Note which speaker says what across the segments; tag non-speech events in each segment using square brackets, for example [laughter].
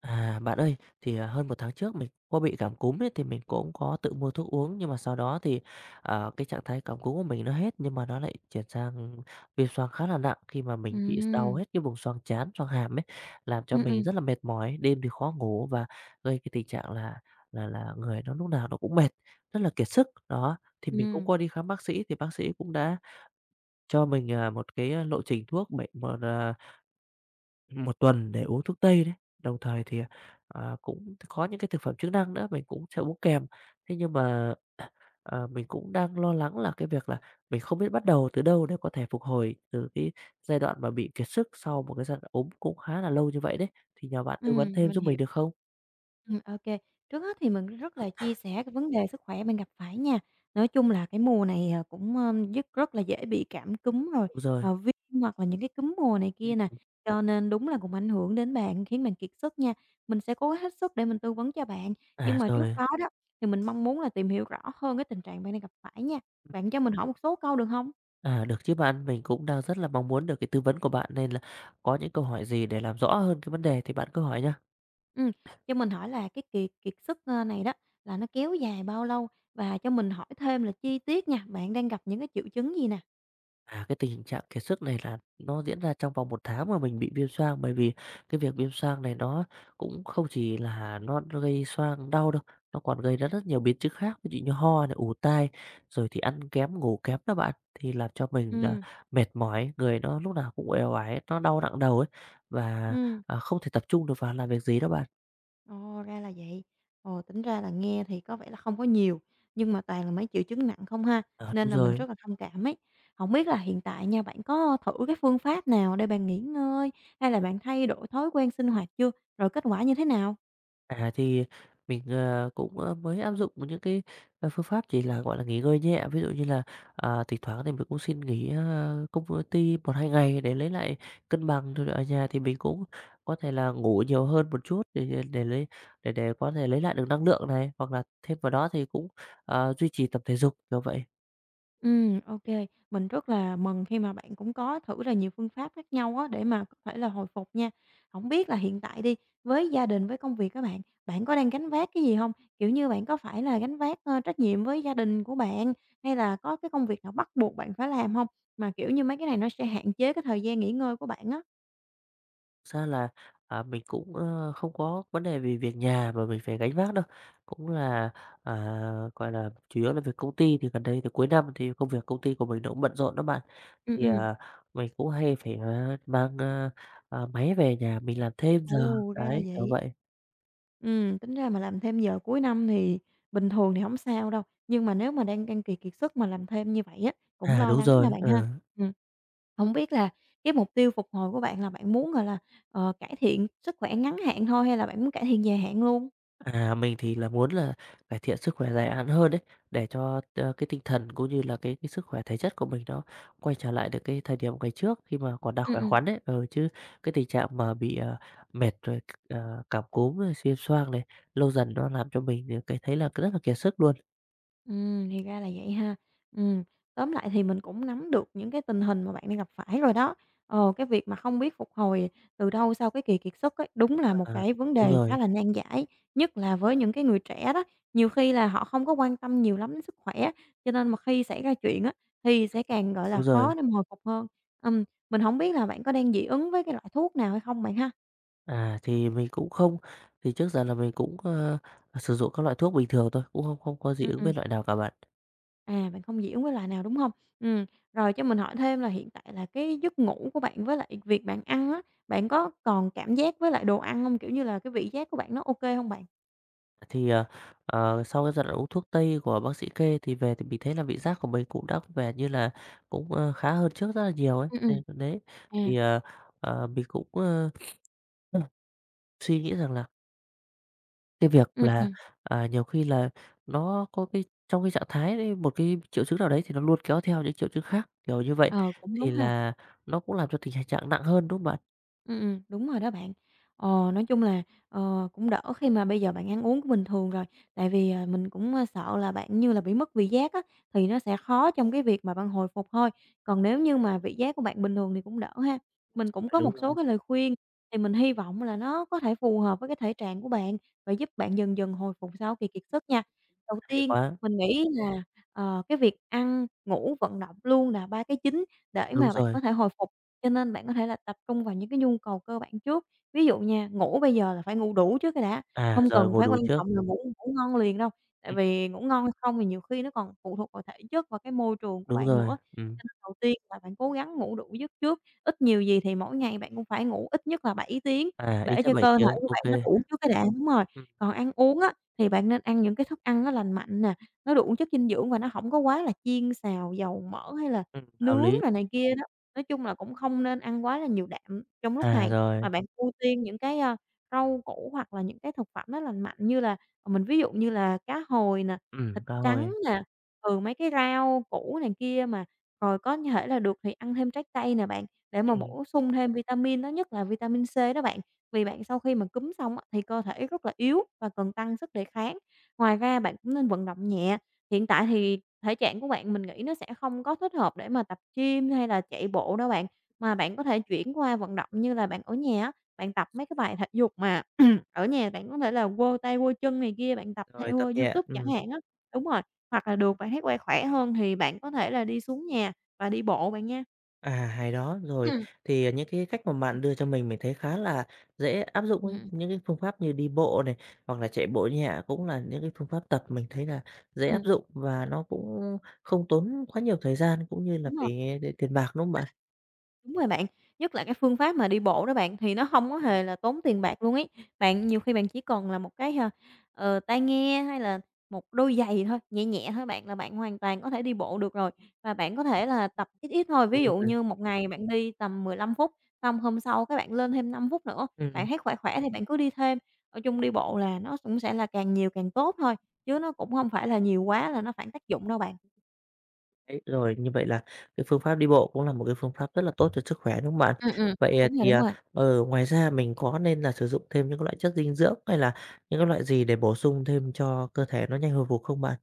Speaker 1: Bạn ơi, hơn một tháng trước mình có bị cảm cúm ấy, thì mình cũng có tự mua thuốc uống, nhưng mà sau đó thì, cái trạng thái cảm cúm của mình nó hết, nhưng mà nó lại chuyển sang viêm xoang khá là nặng khi mà mình bị đau
Speaker 2: Ừm,
Speaker 1: hết cái vùng xoang trán, xoang hàm ấy, làm cho
Speaker 2: ừm,
Speaker 1: mình
Speaker 2: ừm,
Speaker 1: rất là mệt mỏi, đêm thì khó ngủ và gây cái tình trạng là người nó lúc nào nó cũng mệt, rất là kiệt sức. Đó, thì mình cũng
Speaker 2: ừm,
Speaker 1: qua đi khám bác sĩ thì bác sĩ cũng đã cho mình, một cái lộ trình thuốc bệnh một tuần để uống thuốc tây đấy, đồng thời thì, cũng có những cái thực phẩm chức năng nữa, mình cũng sẽ uống kèm. Thế nhưng mà, mình cũng đang lo lắng là cái việc là mình không biết bắt đầu từ đâu để có thể phục hồi từ cái giai đoạn mà bị kiệt sức sau một cái giai đoạn ốm cũng khá là lâu như vậy đấy, thì nhờ bạn tư vấn thêm
Speaker 2: mình
Speaker 1: giúp
Speaker 2: hiểu.
Speaker 1: mình được không?
Speaker 2: Ô kê. Trước hết thì mình rất là chia sẻ cái vấn đề sức khỏe bạn gặp phải nha. Nói chung là cái mùa này, cũng, dứt rất là dễ bị cảm cúm rồi,
Speaker 1: Đúng rồi.
Speaker 2: viêm hoặc là những cái cúm mùa này kia nè,
Speaker 1: Ừm.
Speaker 2: cho nên đúng là cũng ảnh hưởng đến bạn, khiến bạn kiệt sức nha. Mình sẽ cố hết sức để mình tư vấn cho bạn, nhưng mà trước
Speaker 1: Rồi,
Speaker 2: đó đó, thì mình mong muốn là tìm hiểu rõ hơn cái tình trạng bạn đang gặp phải nha. Bạn cho mình hỏi một số câu được hông?
Speaker 1: được chứ bạn, mình cũng đang rất là mong muốn được cái tư vấn của bạn nên là có những câu hỏi gì để làm rõ hơn cái vấn đề thì bạn cứ hỏi nha.
Speaker 2: Ừm, cho mình hỏi là cái kiệt kiệt sức, này đó là nó kéo dài bao lâu? Và cho mình hỏi thêm là chi tiết nha, bạn đang gặp những cái triệu chứng gì nè?
Speaker 1: Cái tình trạng kiệt sức này là nó diễn ra trong vòng một tháng mà mình bị viêm xoang, bởi vì cái việc viêm xoang này nó cũng không chỉ là nó gây xoang đau đâu, nó còn gây ra rất nhiều biến chứng khác, ví dụ như ho này, ù tai, rồi thì ăn kém, ngủ kém đó bạn. Thì làm cho mình là
Speaker 2: Ừm.
Speaker 1: mệt mỏi, người nó lúc nào cũng uể oải, nó đau nặng đầu ấy, và,
Speaker 2: Ừm,
Speaker 1: không thể tập trung được vào làm việc gì đó bạn.
Speaker 2: ồ, ra là vậy. Ồ, tính ra là nghe thì có vẻ là không có nhiều, nhưng mà toàn là mấy triệu chứng nặng không ha,
Speaker 1: Ờ,
Speaker 2: nên
Speaker 1: đúng
Speaker 2: là mình
Speaker 1: rồi.
Speaker 2: rất là thông cảm ấy. Không biết là hiện tại nha, bạn có thử cái phương pháp nào để bạn nghỉ ngơi, hay là bạn thay đổi thói quen sinh hoạt chưa? Rồi kết quả như thế nào?
Speaker 1: Thì mình, mới áp dụng những cái, phương pháp chỉ là, gọi là, nghỉ ngơi nhẹ. Ví dụ như là, thỉnh thoảng thì mình cũng xin nghỉ công ty một hai ngày để lấy lại cân bằng. Rồi ở nhà thì mình cũng có thể là ngủ nhiều hơn một chút để lấy để có thể lấy lại được năng lượng này, hoặc là thêm vào đó thì cũng, duy trì tập thể dục, như vậy.
Speaker 2: Ok. Mình rất là mừng khi mà bạn cũng có thử là nhiều phương pháp khác nhau á, để mà có thể là hồi phục nha. Không biết là hiện tại đi, với gia đình, với công việc các bạn, bạn có đang gánh vác cái gì không? Kiểu như, bạn có phải là gánh vác, trách nhiệm với gia đình của bạn, hay là có cái công việc nào bắt buộc bạn phải làm không? Mà, kiểu như, mấy cái này nó sẽ hạn chế cái thời gian nghỉ ngơi của bạn á.
Speaker 1: Ra là, mình cũng, không có vấn đề vì việc nhà mà mình phải gánh vác đâu, cũng là, gọi là, chủ yếu là việc công ty thì gần đây thì cuối năm thì công việc công ty của mình nó cũng bận rộn đó bạn.
Speaker 2: Ừm,
Speaker 1: Thì,
Speaker 2: ừm.
Speaker 1: mình cũng hay phải, máy về nhà mình làm thêm giờ,
Speaker 2: Ồ, ra là
Speaker 1: đấy, kiểu
Speaker 2: vậy.
Speaker 1: vậy.
Speaker 2: Tính ra mà làm thêm giờ cuối năm thì bình thường thì không sao đâu, nhưng mà nếu mà đang đang kỳ kiệt sức mà làm thêm như vậy á, cũng
Speaker 1: À,
Speaker 2: lo
Speaker 1: đúng
Speaker 2: lắng nha
Speaker 1: rồi,
Speaker 2: bạn ha.
Speaker 1: ờ.
Speaker 2: Ừm. Hổng biết là cái mục tiêu phục hồi của bạn là bạn muốn, gọi là, cải thiện sức khỏe ngắn hạn thôi hay là bạn muốn cải thiện dài hạn luôn?
Speaker 1: Mình thì là muốn là cải thiện sức khỏe dài hạn hơn đấy để cho, cái tinh thần cũng như là cái sức khỏe thể chất của mình nó quay trở lại được cái thời điểm ngày trước khi mà còn đang
Speaker 2: Ừm,
Speaker 1: khỏe
Speaker 2: ừm.
Speaker 1: khoắn đấy. Ừ, chứ cái tình trạng mà bị, mệt rồi, cảm cúm rồi xuyên xoang này, lâu dần nó làm cho mình, cái thấy là rất là kiệt sức luôn.
Speaker 2: Thì ra là vậy ha. Ừm, tóm lại thì mình cũng nắm được những cái tình hình mà bạn đang gặp phải rồi đó. Ờ, cái việc mà không biết phục hồi từ đâu sau cái kỳ kiệt sức ấy, đúng là một
Speaker 1: À,
Speaker 2: cái vấn
Speaker 1: đúng
Speaker 2: đề khá
Speaker 1: rồi,
Speaker 2: là nan giải, nhất là với những cái người trẻ đó. Nhiều khi là họ không có quan tâm nhiều lắm đến sức khỏe, cho nên mà khi xảy ra chuyện á, thì sẽ càng, gọi là,
Speaker 1: đúng rồi.
Speaker 2: khó để mà hồi phục hơn. Ừm, mình không biết là bạn có đang dị ứng với cái loại thuốc nào hay không bạn ha?
Speaker 1: Thì mình cũng không, thì trước giờ là mình cũng, sử dụng các loại thuốc bình thường thôi, cũng không không có dị
Speaker 2: Ừm,
Speaker 1: ứng
Speaker 2: ừm.
Speaker 1: với loại nào cả bạn.
Speaker 2: À, bạn không dị ứng với loại nào, đúng không? Ừm, rồi cho mình hỏi thêm là hiện tại là cái giấc ngủ của bạn với lại việc bạn ăn á, bạn có còn cảm giác với lại đồ ăn không? Kiểu như là, cái vị giác của bạn nó ok không bạn?
Speaker 1: Thì, sau cái giai đoạn uống thuốc tây của bác sĩ kê thì về thì mình thấy là vị giác của mình cũng đã về như là cũng, khá hơn trước rất là nhiều ấy.
Speaker 2: Ừm, ừm,
Speaker 1: Nên đấy,
Speaker 2: à,
Speaker 1: thì, mình cũng, [clears throat] suy nghĩ rằng là cái việc là,
Speaker 2: ừm.
Speaker 1: nhiều khi là nó có cái trong cái trạng thái đấy một cái triệu chứng nào đấy thì nó luôn kéo theo những triệu chứng khác, kiểu như vậy,
Speaker 2: Ờ, cũng
Speaker 1: thì
Speaker 2: đúng ha.
Speaker 1: là nó cũng làm cho tình trạng nặng hơn, đúng không bạn?
Speaker 2: Đúng rồi đó bạn. Ờ, nói chung là, cũng đỡ khi mà bây giờ bạn ăn uống cũng bình thường rồi, tại vì, à, mình cũng, sợ là bạn như là bị mất vị giác á, thì nó sẽ khó trong cái việc mà bạn hồi phục thôi. Còn nếu như mà vị giác của bạn bình thường thì cũng đỡ ha. Mình cũng có
Speaker 1: Đúng
Speaker 2: một số
Speaker 1: rồi,
Speaker 2: cái lời khuyên thì mình hy vọng là nó có thể phù hợp với cái thể trạng của bạn và giúp bạn dần dần hồi phục sau kỳ kiệt sức nha. Đầu
Speaker 1: hay
Speaker 2: tiên
Speaker 1: quá,
Speaker 2: mình nghĩ là, cái việc ăn, ngủ, vận động luôn là ba cái chính để
Speaker 1: đúng
Speaker 2: mà bạn
Speaker 1: rồi.
Speaker 2: có thể hồi phục. Cho nên bạn có thể là tập trung vào những cái nhu cầu cơ bản trước. Ví dụ nha, ngủ bây giờ là phải ngủ đủ trước cái đã, không
Speaker 1: Giờ
Speaker 2: cần
Speaker 1: ngồi
Speaker 2: phải
Speaker 1: đủ
Speaker 2: quan
Speaker 1: trước.
Speaker 2: trọng là ngủ ngủ ngon liền đâu, tại
Speaker 1: Ừm,
Speaker 2: vì ngủ ngon hay không thì nhiều khi nó còn phụ thuộc vào thể chất và cái môi trường của
Speaker 1: đúng
Speaker 2: bạn
Speaker 1: rồi,
Speaker 2: nữa. Cho nên đầu tiên là bạn cố gắng ngủ đủ giấc trước, ít nhiều gì thì mỗi ngày bạn cũng phải ngủ ít nhất là 7 tiếng
Speaker 1: ít
Speaker 2: để
Speaker 1: nhất
Speaker 2: cho
Speaker 1: 7
Speaker 2: cơ thể
Speaker 1: tiếng,
Speaker 2: của
Speaker 1: ok
Speaker 2: bạn nó
Speaker 1: kê.
Speaker 2: đủ trước cái đã, đúng rồi. Còn ăn uống á, thì bạn nên ăn những cái thức ăn nó lành mạnh nè, nó đủ chất dinh dưỡng và nó không có quá là chiên xào, dầu mỡ hay là
Speaker 1: Hợp
Speaker 2: nướng
Speaker 1: lý.
Speaker 2: rồi này kia đó. Nói chung là cũng không nên ăn quá là nhiều đạm trong lúc
Speaker 1: À,
Speaker 2: này,
Speaker 1: rồi,
Speaker 2: mà bạn ưu tiên những cái, rau củ hoặc là những cái thực phẩm nó lành mạnh như là, mình ví dụ như là cá hồi nè, thịt
Speaker 1: ba
Speaker 2: trắng
Speaker 1: hồi.
Speaker 2: nè, ừ, mấy cái rau củ này kia mà. Rồi có thể là được thì ăn thêm trái cây nè bạn, để mà
Speaker 1: Ừm,
Speaker 2: bổ sung thêm vitamin, đó nhất là vitamin C đó bạn, vì bạn sau khi mà cúm xong á, thì cơ thể rất là yếu và cần tăng sức đề kháng. Ngoài ra bạn cũng nên vận động nhẹ, hiện tại thì thể trạng của bạn mình nghĩ nó sẽ không có thích hợp để mà tập gym hay là chạy bộ đâu bạn, mà bạn có thể chuyển qua vận động như là bạn ở nhà á, bạn tập mấy cái bài thể dục mà [clears throat] ở nhà bạn có thể là quơ tay quơ chân này kia, bạn tập
Speaker 1: rồi
Speaker 2: theo
Speaker 1: tập nhẹ,
Speaker 2: YouTube chẳng hạn á. Đúng rồi, hoặc là được bạn thấy quay khỏe hơn thì bạn có thể là đi xuống nhà và đi bộ bạn nha.
Speaker 1: à, hay đó. Rồi
Speaker 2: Ừm,
Speaker 1: thì những cái cách mà bạn đưa cho mình thấy khá là dễ áp dụng ấy.
Speaker 2: ừm,
Speaker 1: Những cái phương pháp như đi bộ này, hoặc là chạy bộ nhẹ cũng là những cái phương pháp tập mình thấy là dễ áp
Speaker 2: ừm.
Speaker 1: dụng và nó cũng không tốn quá nhiều thời gian cũng như là
Speaker 2: Đúng rồi.
Speaker 1: phải, tiền bạc, đúng không bạn?
Speaker 2: Đúng rồi bạn, nhất là cái phương pháp mà đi bộ đó bạn, thì nó không có hề là tốn tiền bạc luôn ấy. Bạn nhiều khi bạn chỉ cần là một cái, tai nghe hay là một đôi giày thôi, nhẹ nhẹ thôi bạn là bạn hoàn toàn có thể đi bộ được rồi. Và bạn có thể là tập ít ít thôi, ví
Speaker 1: Đúng
Speaker 2: dụ
Speaker 1: rồi.
Speaker 2: như một ngày bạn đi tầm 15 phút, xong hôm sau các bạn lên thêm 5 phút nữa, bạn
Speaker 1: Ừm.
Speaker 2: thấy khỏe khỏe thì bạn cứ đi thêm. Nói chung đi bộ là nó cũng sẽ là càng nhiều càng tốt thôi, chứ nó cũng không phải là nhiều quá là nó phản tác dụng đâu bạn.
Speaker 1: Đấy, rồi như vậy là cái phương pháp đi bộ cũng là một cái phương pháp rất là tốt cho sức khỏe, đúng không bạn?
Speaker 2: Ừm, ừm,
Speaker 1: Vậy,
Speaker 2: đúng rồi, đúng rồi.
Speaker 1: ngoài ra mình có nên là sử dụng thêm những cái loại chất dinh dưỡng hay là những cái loại gì để bổ sung thêm cho cơ thể nó nhanh hồi phục không bạn?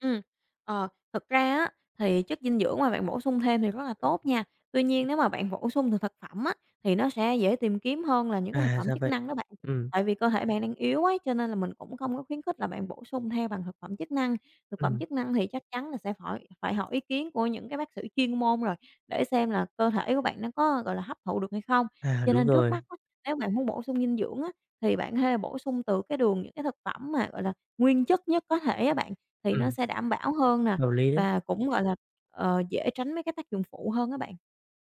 Speaker 2: Ừm, thực ra á, thì chất dinh dưỡng mà bạn bổ sung thêm thì rất là tốt nha. Tuy nhiên nếu mà bạn bổ sung từ thực phẩm á, thì nó sẽ dễ tìm kiếm hơn là những cái thực
Speaker 1: À,
Speaker 2: phẩm
Speaker 1: ra
Speaker 2: chức
Speaker 1: vậy.
Speaker 2: năng đó bạn.
Speaker 1: Ừm,
Speaker 2: Tại vì cơ thể bạn đang yếu ấy, cho nên là mình cũng không có khuyến khích là bạn bổ sung theo bằng thực phẩm chức năng. Thực phẩm
Speaker 1: ừm,
Speaker 2: chức năng thì chắc chắn là sẽ phải phải hỏi ý kiến của những cái bác sĩ chuyên môn rồi, để xem là cơ thể của bạn nó có, gọi là, hấp thụ được hay không.
Speaker 1: à,
Speaker 2: Cho
Speaker 1: đúng
Speaker 2: nên trước
Speaker 1: rồi,
Speaker 2: mắt á, nếu bạn muốn bổ sung dinh dưỡng á, thì bạn hê bổ sung từ cái đường những cái thực phẩm mà, gọi là, nguyên chất nhất có thể á bạn. Thì nó
Speaker 1: ừm,
Speaker 2: sẽ đảm bảo hơn nè
Speaker 1: hợp lý đấy.
Speaker 2: và cũng, gọi là, dễ tránh mấy cái tác dụng phụ hơn á bạn.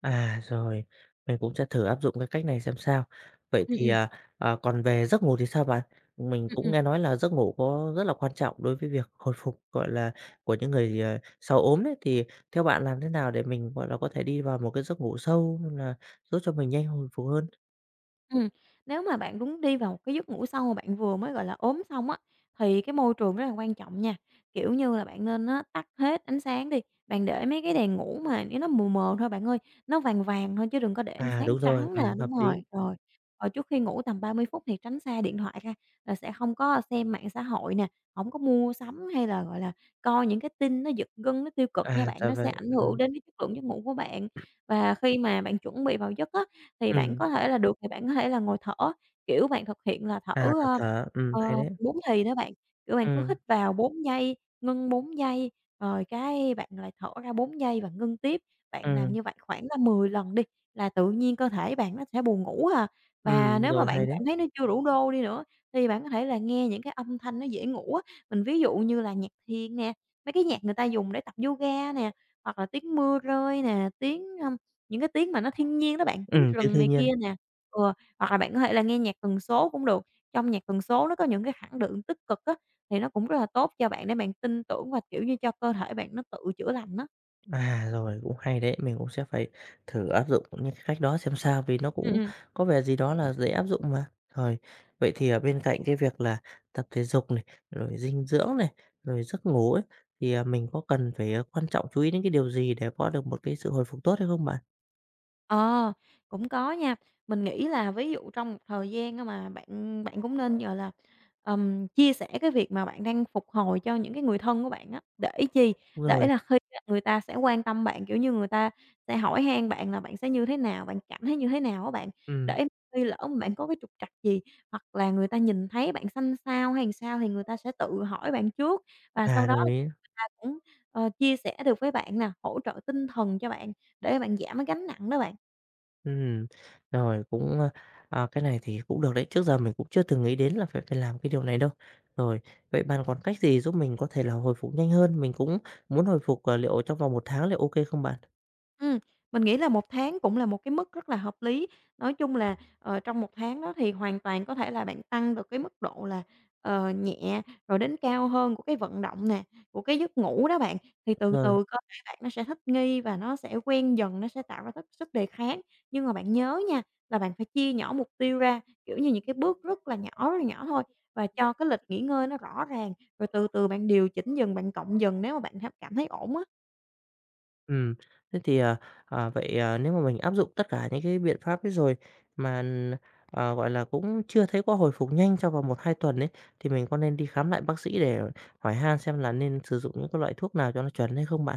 Speaker 1: Rồi, mình cũng sẽ thử áp dụng cái cách này xem sao. Vậy
Speaker 2: Ừm,
Speaker 1: thì,
Speaker 2: ừm,
Speaker 1: còn về giấc ngủ thì sao bạn? Mình
Speaker 2: ừm,
Speaker 1: cũng
Speaker 2: ừm.
Speaker 1: nghe nói là giấc ngủ có rất là quan trọng đối với việc hồi phục, gọi là, của những người, sau ốm đấy, thì theo bạn làm thế nào để mình, gọi là, có thể đi vào một cái giấc ngủ sâu nên là giúp cho mình nhanh hồi phục hơn?
Speaker 2: Ừm, nếu mà bạn đúng đi vào một cái giấc ngủ sâu mà bạn vừa mới, gọi là, ốm xong á, thì cái môi trường rất là quan trọng nha. Kiểu như là, bạn nên á tắt hết ánh sáng đi, bạn để mấy cái đèn ngủ mà nếu nó mờ mờ thôi bạn ơi, nó vàng vàng thôi chứ đừng có để ánh
Speaker 1: À,
Speaker 2: sáng
Speaker 1: đúng rồi,
Speaker 2: trắng nè, đúng
Speaker 1: hợp
Speaker 2: rồi,
Speaker 1: lý.
Speaker 2: rồi. Rồi trước khi ngủ tầm 30 phút thì tránh xa điện thoại ra, là sẽ hông có xem mạng xã hội nè, hổng có mua sắm hay là, gọi là, coi những cái tin nó giật gân, nó tiêu cực nha
Speaker 1: À,
Speaker 2: bạn,
Speaker 1: ra
Speaker 2: nó sẽ
Speaker 1: vậy,
Speaker 2: ảnh hưởng đến cái chất lượng giấc ngủ của bạn. Và khi mà bạn chuẩn bị vào giấc á, thì
Speaker 1: ừm,
Speaker 2: bạn có thể là ngồi thở, kiểu, bạn thực hiện là thở,
Speaker 1: à, tập thở, hay đấy.
Speaker 2: 4 thì đó bạn, kiểu, bạn cứ hít
Speaker 1: Ừm,
Speaker 2: vào 4 giây, ngưng 4 giây, rồi cái bạn lại thở ra 4 giây và ngưng tiếp. Bạn làm
Speaker 1: ừm,
Speaker 2: như vậy khoảng là 10 lần đi, là tự nhiên cơ thể bạn nó sẽ buồn ngủ à. Và nếu mà
Speaker 1: rồi,
Speaker 2: bạn
Speaker 1: hay đấy.
Speaker 2: cảm thấy nó chưa đủ đô đi nữa, thì bạn có thể là nghe những cái âm thanh nó dễ ngủ á, mình ví dụ như là nhạc thiền nè, mấy cái nhạc người ta dùng để tập yoga nè, hoặc là tiếng mưa rơi nè, tiếng những cái tiếng mà nó thiên nhiên đó bạn, tiếng
Speaker 1: Ừm, tiếng
Speaker 2: rừng này
Speaker 1: thiên
Speaker 2: kia
Speaker 1: nhiên.
Speaker 2: nè, ừ, hoặc là bạn có thể là nghe nhạc tần số cũng được. Trong nhạc tần số nó có những cái khẳng định tích cực á, thì nó cũng rất là tốt cho bạn để bạn tin tưởng và, kiểu như, cho cơ thể bạn nó tự chữa lành á.
Speaker 1: À, rồi, cũng hay đấy, mình cũng sẽ phải thử áp dụng những cái cách đó xem sao vì nó
Speaker 2: Ừm,
Speaker 1: cũng
Speaker 2: ừm.
Speaker 1: có vẻ gì đó là dễ áp dụng mà. Rồi, vậy thì ở bên cạnh cái việc là tập thể dục này, rồi dinh dưỡng này, rồi giấc ngủ ấy, thì, mình có cần phải, quan trọng chú ý đến cái điều gì để có được một cái sự hồi phục tốt hay không bạn?
Speaker 2: Ờ, cũng có nha. Mình nghĩ là ví dụ trong một thời gian á mà bạn bạn cũng nên, gọi là, chia sẻ cái việc mà bạn đang phục hồi cho những cái người thân của bạn á. Để chi?
Speaker 1: Đúng
Speaker 2: Để
Speaker 1: rồi,
Speaker 2: là khi á người ta sẽ quan tâm bạn, kiểu như, người ta sẽ hỏi han bạn là bạn sẽ như thế nào, bạn cảm thấy như thế nào á bạn.
Speaker 1: ừm,
Speaker 2: Để khi lỡ mà bạn có cái trục trặc gì, hoặc là người ta nhìn thấy bạn xanh xao hay làm sao thì người ta sẽ tự hỏi bạn trước và sau
Speaker 1: à,
Speaker 2: đó
Speaker 1: đồng ý.
Speaker 2: người ta cũng, ờ, chia sẻ được với bạn nè, hỗ trợ tinh thần cho bạn để bạn giảm cái gánh nặng đó bạn.
Speaker 1: Ừm, rồi cũng, cái này thì cũng được đấy, trước giờ mình cũng chưa từng nghĩ đến là phải phải làm cái điều này đâu. Rồi, vậy bạn còn cách gì giúp mình có thể là hồi phục nhanh hơn? Mình cũng muốn hồi phục, liệu trong vòng một tháng liệu ok không bạn?
Speaker 2: Ừm, mình nghĩ là 1 tháng cũng là một cái mức rất là hợp lý. Nói chung là, ờ, trong 1 tháng đó thì hoàn toàn có thể là bạn tăng được cái mức độ là, ờ, nhẹ rồi đến cao hơn của cái vận động nè, của cái giấc ngủ đó bạn, thì từ
Speaker 1: Rồi,
Speaker 2: từ cơ thể bạn nó sẽ thích nghi và nó sẽ quen dần, nó sẽ tạo ra thức sức đề kháng. Nhưng mà bạn nhớ nha, là bạn phải chia nhỏ mục tiêu ra, kiểu như, những cái bước rất là nhỏ thôi và cho cái lịch nghỉ ngơi nó rõ ràng, rồi từ từ bạn điều chỉnh dần, bạn cộng dần nếu mà bạn cảm thấy ổn á.
Speaker 1: ừm, thế thì, vậy, nếu mà mình áp dụng tất cả những cái biện pháp ấy rồi mà, gọi là, cũng chưa thấy có hồi phục nhanh trong vòng một 2 tuần ấy, thì mình có nên đi khám lại bác sĩ để hỏi han xem là nên sử dụng những cái loại thuốc nào cho nó chuẩn hay không bạn?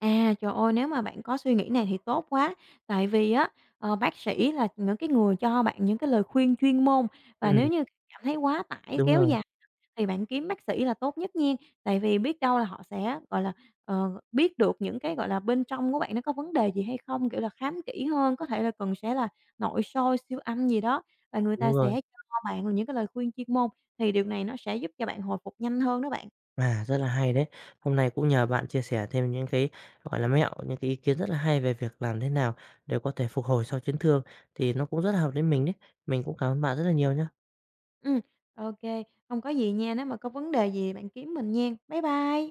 Speaker 2: À, trời ơi, nếu mà bạn có suy nghĩ này thì tốt quá. Tại vì á, ờ, bác sĩ là những cái người cho bạn những cái lời khuyên chuyên môn và nếu
Speaker 1: Ừ,
Speaker 2: như cảm thấy quá tải
Speaker 1: đúng
Speaker 2: kéo
Speaker 1: rồi,
Speaker 2: dài thì bạn kiếm bác sĩ là tốt nhất nghen. Tại vì biết đâu là họ sẽ, gọi là, ờ, biết được những cái, gọi là, bên trong của bạn nó có vấn đề gì hay không, kiểu là, khám kỹ hơn, có thể là cần sẽ là nội soi, siêu âm gì đó và người ta
Speaker 1: đúng rồi.
Speaker 2: sẽ cho bạn những cái lời khuyên chuyên môn thì điều này nó sẽ giúp cho bạn hồi phục nhanh hơn đó bạn.
Speaker 1: À, rất là hay đấy. Hôm nay cũng nhờ bạn chia sẻ thêm những cái, gọi là, mẹo, những cái ý kiến rất là hay về việc làm thế nào để có thể phục hồi sau chấn thương thì nó cũng rất là hợp với mình đấy. Mình cũng cảm ơn bạn rất là nhiều nhé.
Speaker 2: Ừ, OK. Không có gì nha, nếu mà có vấn đề gì bạn kiếm mình nghen. Bye bye.